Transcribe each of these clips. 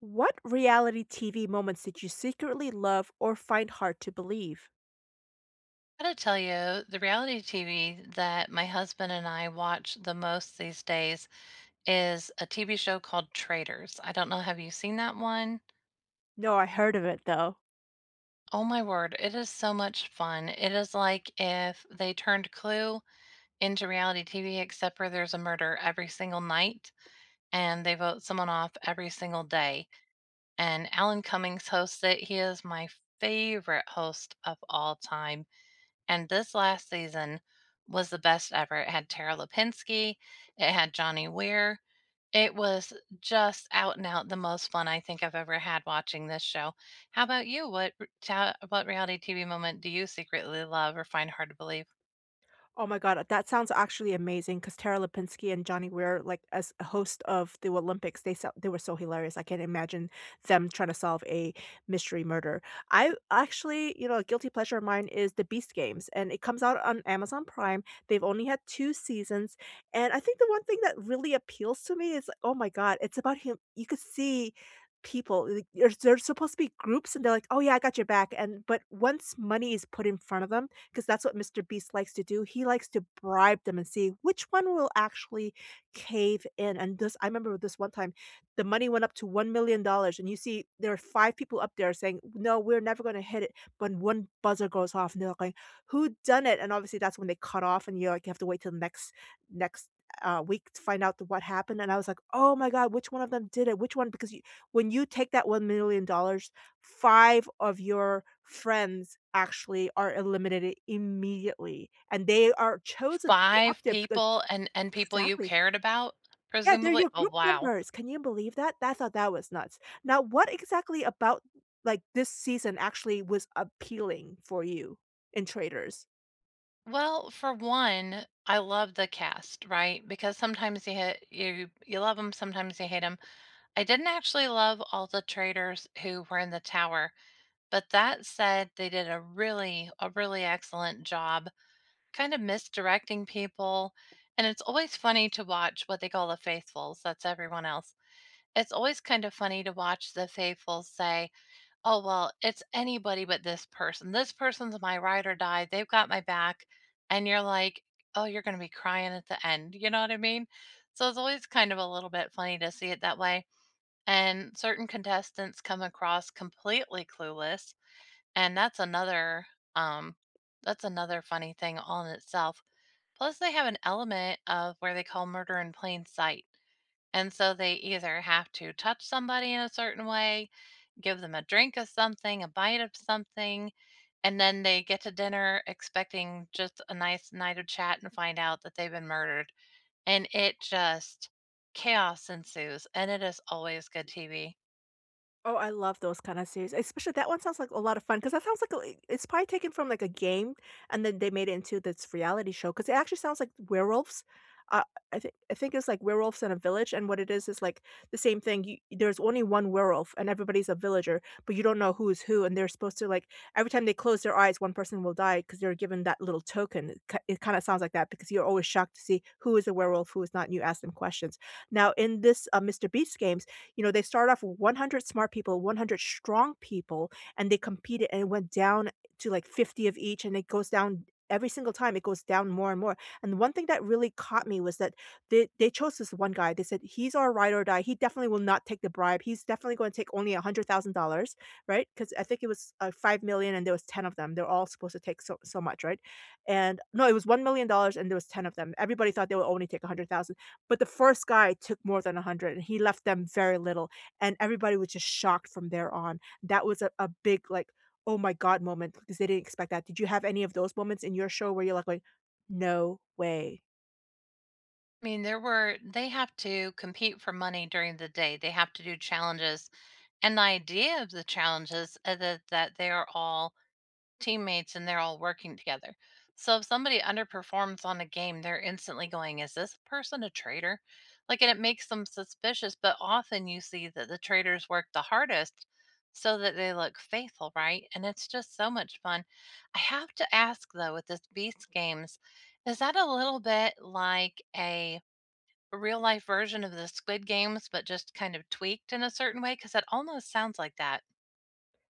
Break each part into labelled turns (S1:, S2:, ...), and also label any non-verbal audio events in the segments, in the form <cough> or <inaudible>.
S1: What reality TV moments did you secretly love or find hard to believe?
S2: I gotta tell you, the reality TV that my husband and I watch the most these days is a TV show called Traitors. I don't know, have you seen that one?
S1: No, I heard of it though.
S2: Oh my word, it is so much fun. It is like if they turned Clue into reality TV, except for there's a murder every single night and they vote someone off every single day. And Alan Cummings hosts it. He is my favorite host of all time. And this last season was the best ever. It had Tara Lipinski, it had Johnny Weir. It was just out and out the most fun I think I've ever had watching this show. How about you? What reality TV moment do you secretly love or find hard to believe?
S1: Oh my god, that sounds actually amazing because Tara Lipinski and Johnny Weir, like as a host of the Olympics, they were so hilarious. I can't imagine them trying to solve a mystery murder. I actually, you know, a guilty pleasure of mine is the Beast Games, and it comes out on Amazon Prime. They've only had two seasons, and I think the one thing that really appeals to me is, oh my god, it's about him. You could see people like, there's supposed to be groups and they're like, oh yeah, I got your back, and but once money is put in front of them. 'Cause that's what Mr. Beast likes to do. He likes to bribe them and see which one will actually cave in. And this, I remember this one time, the money went up to $1,000,000 and you see there are 5 people up there saying, "No, we're never gonna hit it," but 1 buzzer goes off and they're like, "Who done it?" And obviously that's when they cut off and you're like, you have to wait till the next week to find out what happened, and I was like, "Oh my god, which one of them did it? Which one?" Because you, when you take that $1,000,000, 5 of your friends actually are eliminated immediately, and they are chosen to go up
S2: Five
S1: there because.
S2: people and people you
S1: Exactly.
S2: cared about,
S1: Yeah, they're
S2: presumably.
S1: your
S2: Oh
S1: group
S2: wow.
S1: members. Can you believe that? I thought that was nuts. Now, what exactly about, like, this season actually was appealing for you in Traders?
S2: Well, for one, I love the cast, right? Because sometimes you love them, sometimes you hate them. I didn't actually love all the traders who were in the tower, but that said, they did a really excellent job kind of misdirecting people. And it's always funny to watch what they call the faithfuls. That's everyone else. It's always kind of funny to watch the faithfuls say, oh, well, it's anybody but this person. This person's my ride or die. They've got my back. And you're like, oh, you're going to be crying at the end. You know what I mean? So it's always kind of a little bit funny to see it that way, and certain contestants come across completely clueless, and um that's another funny thing all in itself. Plus they have an element of where they call murder in plain sight, and so they either have to touch somebody in a certain way, give them a drink of something, a bite of something, and then they get to dinner expecting just a nice night of chat and find out that they've been murdered, and it just, chaos ensues, and it is always good TV.
S1: Oh, I love those kind of series, especially that one sounds like a lot of fun because that sounds like a I it's probably taken from, like, a game, and then they made it into this reality show. Because it actually sounds like werewolves. Uh, I think it's like werewolves in a village, and what it is, like, the same thing. You There's only one werewolf, and everybody's a villager, but you don't know who is who, and they're supposed to, like, every time they close their eyes, one person will die because 'cause they're given that little token. It kinda sounds like that because you're always shocked to see who is a werewolf, who is not, and you ask them questions. Now, in this, mister Beast games, you know, they started off with 100 smart people, 100 strong people, and they competed and it went down to like 50 of each, and it goes down every single time, it goes down more and more. And one thing that really caught me was that they chose this one guy. They said, he's our ride or die. He definitely will not take the bribe. He's definitely going to take only a $100,000, right? Because I think it was 5 million, and there was 10 of them. They're all supposed to take so, so much, right? And no, it was $1 million dollars, and there was 10 of them. Everybody thought they would only take a 100,000. But the first guy took more than 100, and he left them very little, and everybody was just shocked from there on. That was a big, like, "Oh my god" moment because they didn't expect that. Did you have any of those moments in your show where you're like going, "No way"?
S2: I mean, there were, they have to compete for money during the day. They have to do challenges. And the idea of the challenges is that they are all teammates and they're all working together. So if somebody underperforms on a game, they're instantly going, is this person a traitor? Like, and it makes them suspicious. But often you see that the traders work the hardest so that they look faithful, right? And it's just so much fun. I have to ask though, with this Beast Games, is that a little bit like a real life version of the Squid Games, but just kind of tweaked in a certain way, because that almost sounds like that.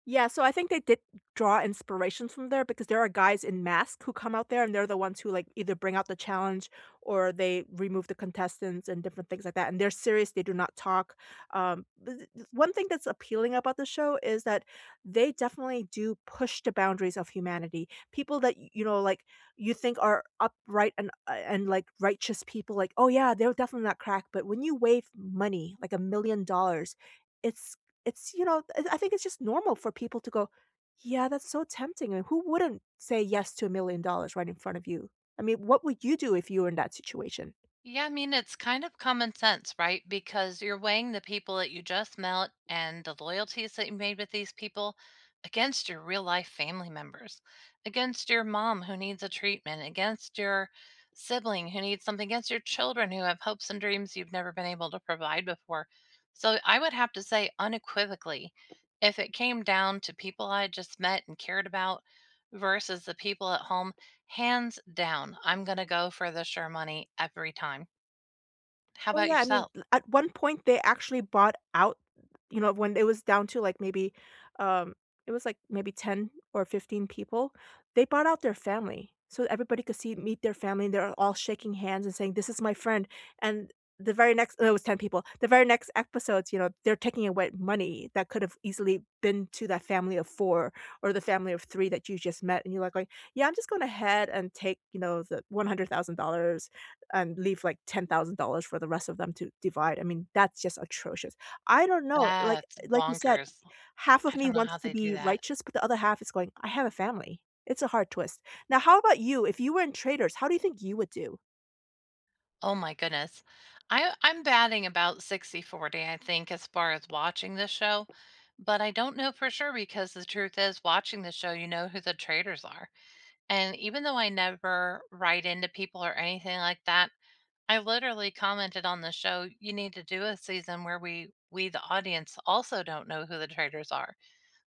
S1: Yeah, so I think they did draw inspirations from there because there are guys in masks who come out there and they're the ones who like either bring out the challenge or they remove the contestants and different things like that. And they're serious, they do not talk. One thing that's appealing about the show is that they definitely do push the boundaries of humanity. People that you know, like, you think are upright and like righteous people like, "Oh yeah, they're definitely not crack." But when you wave money, like $1 million, it's it's you know, I think it's just normal for people to go, "Yeah, that's so tempting." And who wouldn't say yes to $1,000,000 right in front of you? I mean, what would you do if you were in that situation?
S2: Yeah, I mean, it's kind of common sense, right? Because you're weighing the people that you just met and the loyalties that you made with these people against your real life family members, against your mom who needs a treatment, against your sibling who needs something, against your children who have hopes and dreams you've never been able to provide before. So I would have to say unequivocally, if it came down to people I just met and cared about versus the people at home, hands down, I'm gonna go for the sure money every time. How
S1: Oh,
S2: about
S1: yeah, I mean,
S2: yourself?
S1: l at one point, they actually bought out, you know, when it was down to, like, maybe, um it was, like, maybe 10 or 15 people. They bought out their family, so everybody could see meet their family, and they're all shaking hands and saying, "This is my friend," and the very next. No, it was 10 people. The very next episodes, you know, they're taking away money that could have easily been to that family of 4 or the family of 3 that you just met, and you're like going, "Yeah, I'm just going ahead and take, you know, the $100,000," and leave like $10,000 for the rest of them to divide. I mean, that's just atrocious. I don't know,
S2: That's
S1: like you said,
S2: bonkers.
S1: half of
S2: I
S1: me
S2: don't know
S1: wants
S2: how
S1: to
S2: they do
S1: be
S2: that.
S1: righteous, but the other half is going, "I have a family." It's a hard twist. Now, how about you? If you were in traders, how do you think you would do?
S2: Oh my goodness. I'm batting about 60-40, I think, as far as watching this show, but I don't know for sure because the truth is watching the show, you know who the traders are. And even though I never write into people or anything like that, I literally commented on the show, you need to do a season where we the audience also don't know who the traders are,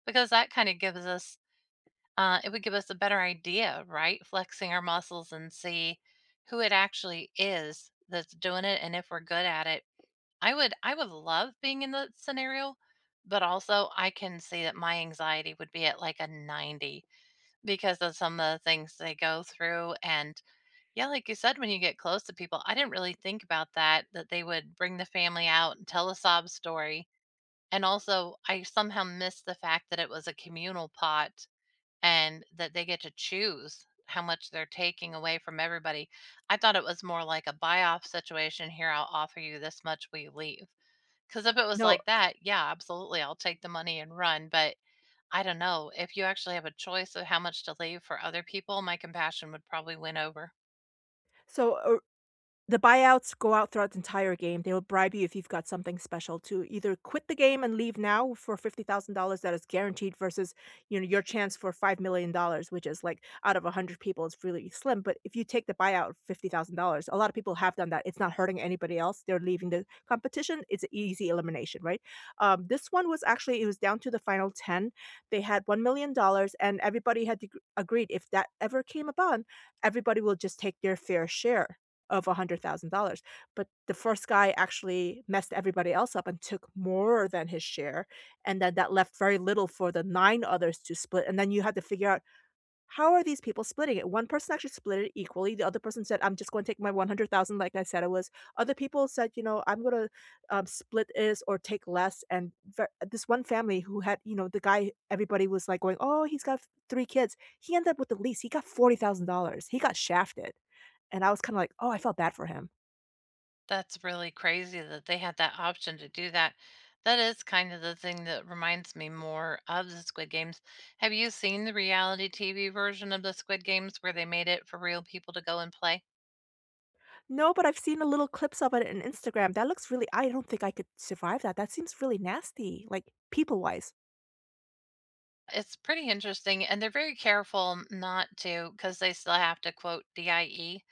S2: because that kind of gives us it would give us a better idea, right? Flexing our muscles and see who it actually is that's doing it and if we're good at it. I would love being in the scenario, but also I can see that my anxiety would be at like a 90 because of some of the things they go through. And yeah, like you said, when you get close to people, I didn't really think about that, that they would bring the family out and tell a sob story. And also I somehow missed the fact that it was a communal pot and that they get to choose how much they're taking away from everybody. I thought it was more like a buy off situation. Here, I'll offer you this much. Will you leave? Because if it was
S1: No.
S2: like that, yeah, absolutely. I'll take the money and run. But I don't know. If you actually have a choice of how much to leave for other people, my compassion would probably win over.
S1: So, the buyouts go out throughout the entire game. They will bribe you if you've got something special to either quit the game and leave now for $50,000 that is guaranteed versus, you know, your chance for $5,000,000, which is like out of 100 people, it's really slim. But if you take the buyout of $50,000, a lot of people have done that. It's not hurting anybody else. They're leaving the competition. It's an easy elimination, right? This one was actually, it was down to the final 10. They had $1,000,000 and everybody had to agreed, if that ever came upon, everybody will just take their fair share of $100,000, but the first guy actually messed everybody else up and took more than his share, and then that left very little for the 9 others to split, and then you had to figure out, how are these people splitting it? One person actually split it equally, the other person said, "I'm just gonna take my 100,000 like I said it was." Other people said, you know, "I'm gonna, split this or take less," and ver this one family who had, you know, the guy everybody was, like, going, "Oh, he's got 3 kids." He ended up with the least, he got $40,000, he got shafted. And I was kinda like, "Oh, I felt bad for him."
S2: That's really crazy that they had that option to do that. That is kind of the thing that reminds me more of the Squid Games. Have you seen the reality TV version of the Squid Games where they made it for real people to go and play?
S1: No, but I've seen the little clips of it in Instagram. That looks really. I don't think I could survive that. That seems really nasty, like, people-wise.
S2: It's pretty interesting, and they're very careful not to because they still have to quote DIE,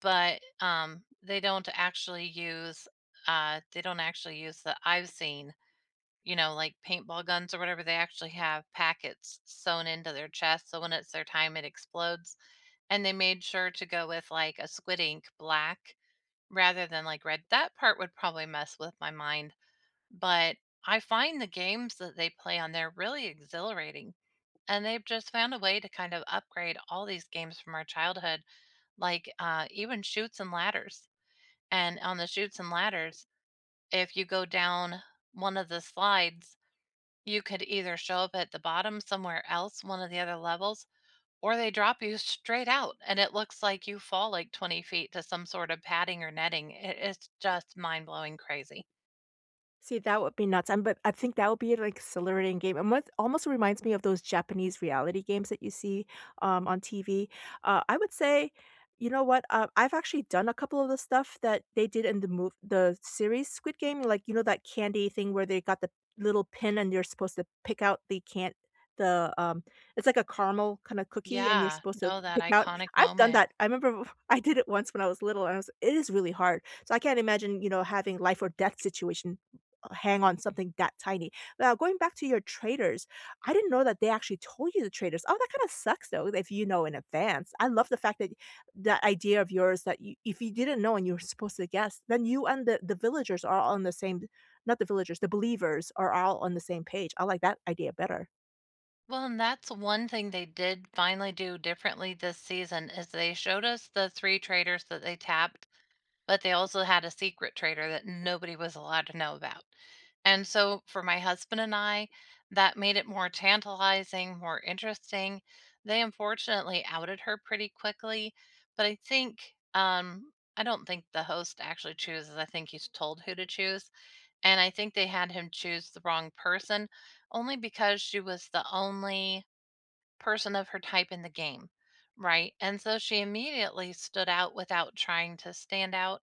S2: but they don't actually use they don't actually use the I've seen, you know, like paintball guns or whatever, they actually have packets sewn into their chest. So when it's their time, it explodes. And they made sure to go with like a squid ink black rather than like red. That part would probably mess with my mind. But I find the games that they play on there really exhilarating. And they've just found a way to kind of upgrade all these games from our childhood, like even shoots and ladders. And on the shoots and ladders, if you go down one of the slides, you could either show up at the bottom somewhere else, one of the other levels, or they drop you straight out and it looks like you fall like 20 feet to some sort of padding or netting. It's just mind blowing crazy.
S1: See, that would be nuts, but I think that would be an exhilarating game, and what almost reminds me of those Japanese reality games that you see, on TV. I would say, you know what, I've actually done a couple of the stuff that they did in the move, the series Squid Game, like, you know, that candy thing where they got the little pin and you're supposed to pick out the it's like a caramel kinda cookie, and you're
S2: Yeah,
S1: supposed to
S2: no, that
S1: pick out.
S2: iconic
S1: I've done
S2: moment.
S1: that. I remember <laughs> I did it once when I was little, and I was it is really hard, so I can't imagine, you know, having life or death situation hang on something that tiny. Now, going back to your traders, I didn't know that they actually told you the traders. Oh, that kind of sucks though, if you know in advance. I love the fact that that idea of yours, that you, if you didn't know and you were supposed to guess, then you and the villagers are all on the same, not the villagers, the believers are all on the same page. I like that idea better.
S2: Well, and that's one thing they did finally do differently this season is they showed us the three traders that they tapped, but they also had a secret trader that nobody was allowed to know about. And so for my husband and I, that made it more tantalizing, more interesting. They unfortunately outed her pretty quickly, but um I don't think the host actually chooses. I think he's told who to choose. And I think they had him choose the wrong person only because she was the only person of her type in the game. Right. And so she immediately stood out without trying to stand out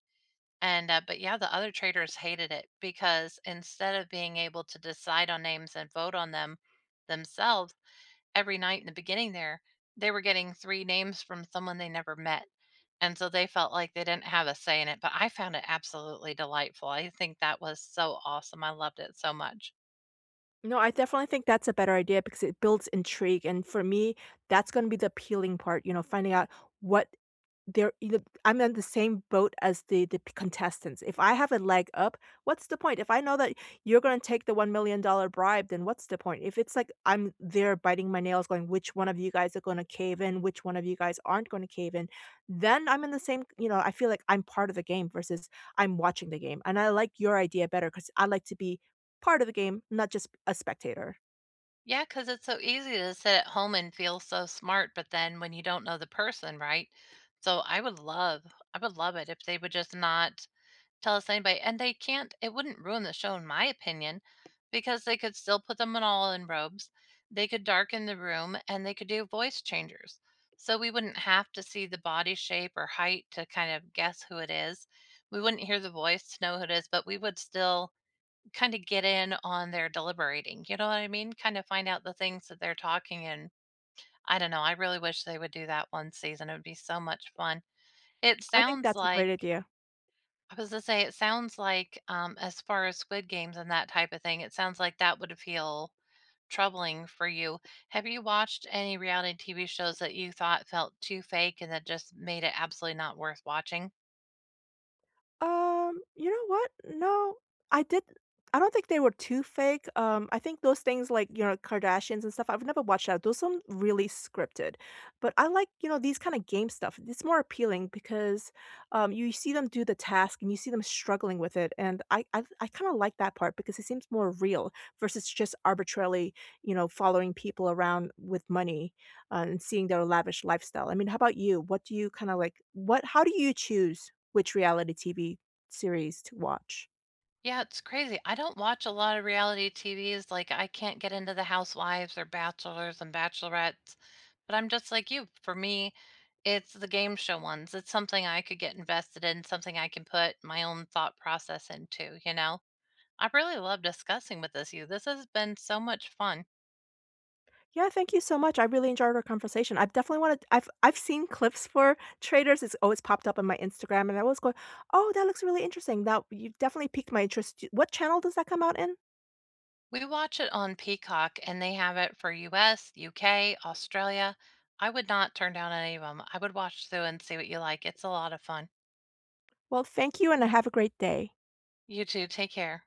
S2: and, but yeah, the other traders hated it because instead of being able to decide on names and vote on them themselves every night in the beginning there, they were getting three names from someone they never met. And so they felt like they didn't have a say in it. But I found it absolutely delightful. I think that was so awesome. I loved it so much.
S1: No, I definitely think that's a better idea because it builds intrigue. And for me, that's going to be the appealing part, you know, finding out what. There I'm on the same boat as the p contestants. If I have a leg up, what's the point? If I know that you're gonna take the $1,000,000 bribe, then what's the point? If it's like I'm there biting my nails going, "Which one of you guys are gonna cave in? Which one of you guys aren't gonna cave in?" Then I'm in the same, I feel like I'm part of the game versus I'm watching the game, and I like your idea better because I like to be part of the game, not just a spectator.
S2: Yeah, because it's so easy to sit at home and feel so smart. But then when you don't know the person, right? So I would love it if they would just not tell us anybody, and they can't, it wouldn't ruin the show in my opinion because they could still put them in all in robes, they could darken the room, and they could do voice changers. So we wouldn't have to see the body shape or height to kind of guess who it is. We wouldn't hear the voice to know who it is, but we would still kind of get in on their deliberating, you know what I mean? Kind of find out the things that they're talking. And I don't know, I really wish they would do that one season, it would be so much fun. It
S1: I think
S2: sounds
S1: that's a
S2: like
S1: great idea.
S2: I was gonna say, it sounds like, as far as Squid Games and that type of thing, it sounds like that would feel troubling for you. Have you watched any reality TV shows that you thought felt too fake and that just made it absolutely not worth watching?
S1: You know what? No, I did I don't think they were too fake. I think those things like, you know, Kardashians and stuff, I've never watched that. Those some really scripted. But I like, you know, these kind of game stuff. It's more appealing because you see them do the task and you see them struggling with it. And I kind of like that part because it seems more real versus just arbitrarily, you know, following people around with money, and seeing their lavish lifestyle. I mean, how about you? What do you kind of like, what how do you choose which reality TV series to watch?
S2: Yeah, it's crazy. I don't watch a lot of reality TVs, like, I can't get into the housewives or bachelors and bachelorettes, but I'm just like you. For me, it's the game show ones. It's something I could get invested in, something I can put my own thought process into, you know? I really love discussing with this you. This has been so much fun.
S1: Yeah, thank you so much. I really enjoyed our conversation. I've definitely wanted I've seen clips for Traders. It's always popped up on my Instagram, and I was going, "Oh, that looks really interesting." That, you've definitely piqued my interest. What channel does that come out in?
S2: We watch it on Peacock and they have it for US, UK, Australia. I would not turn down any of them. I would watch through and see what you like. It's a lot of fun.
S1: Well, thank you, and have a great day.
S2: You too. Take care.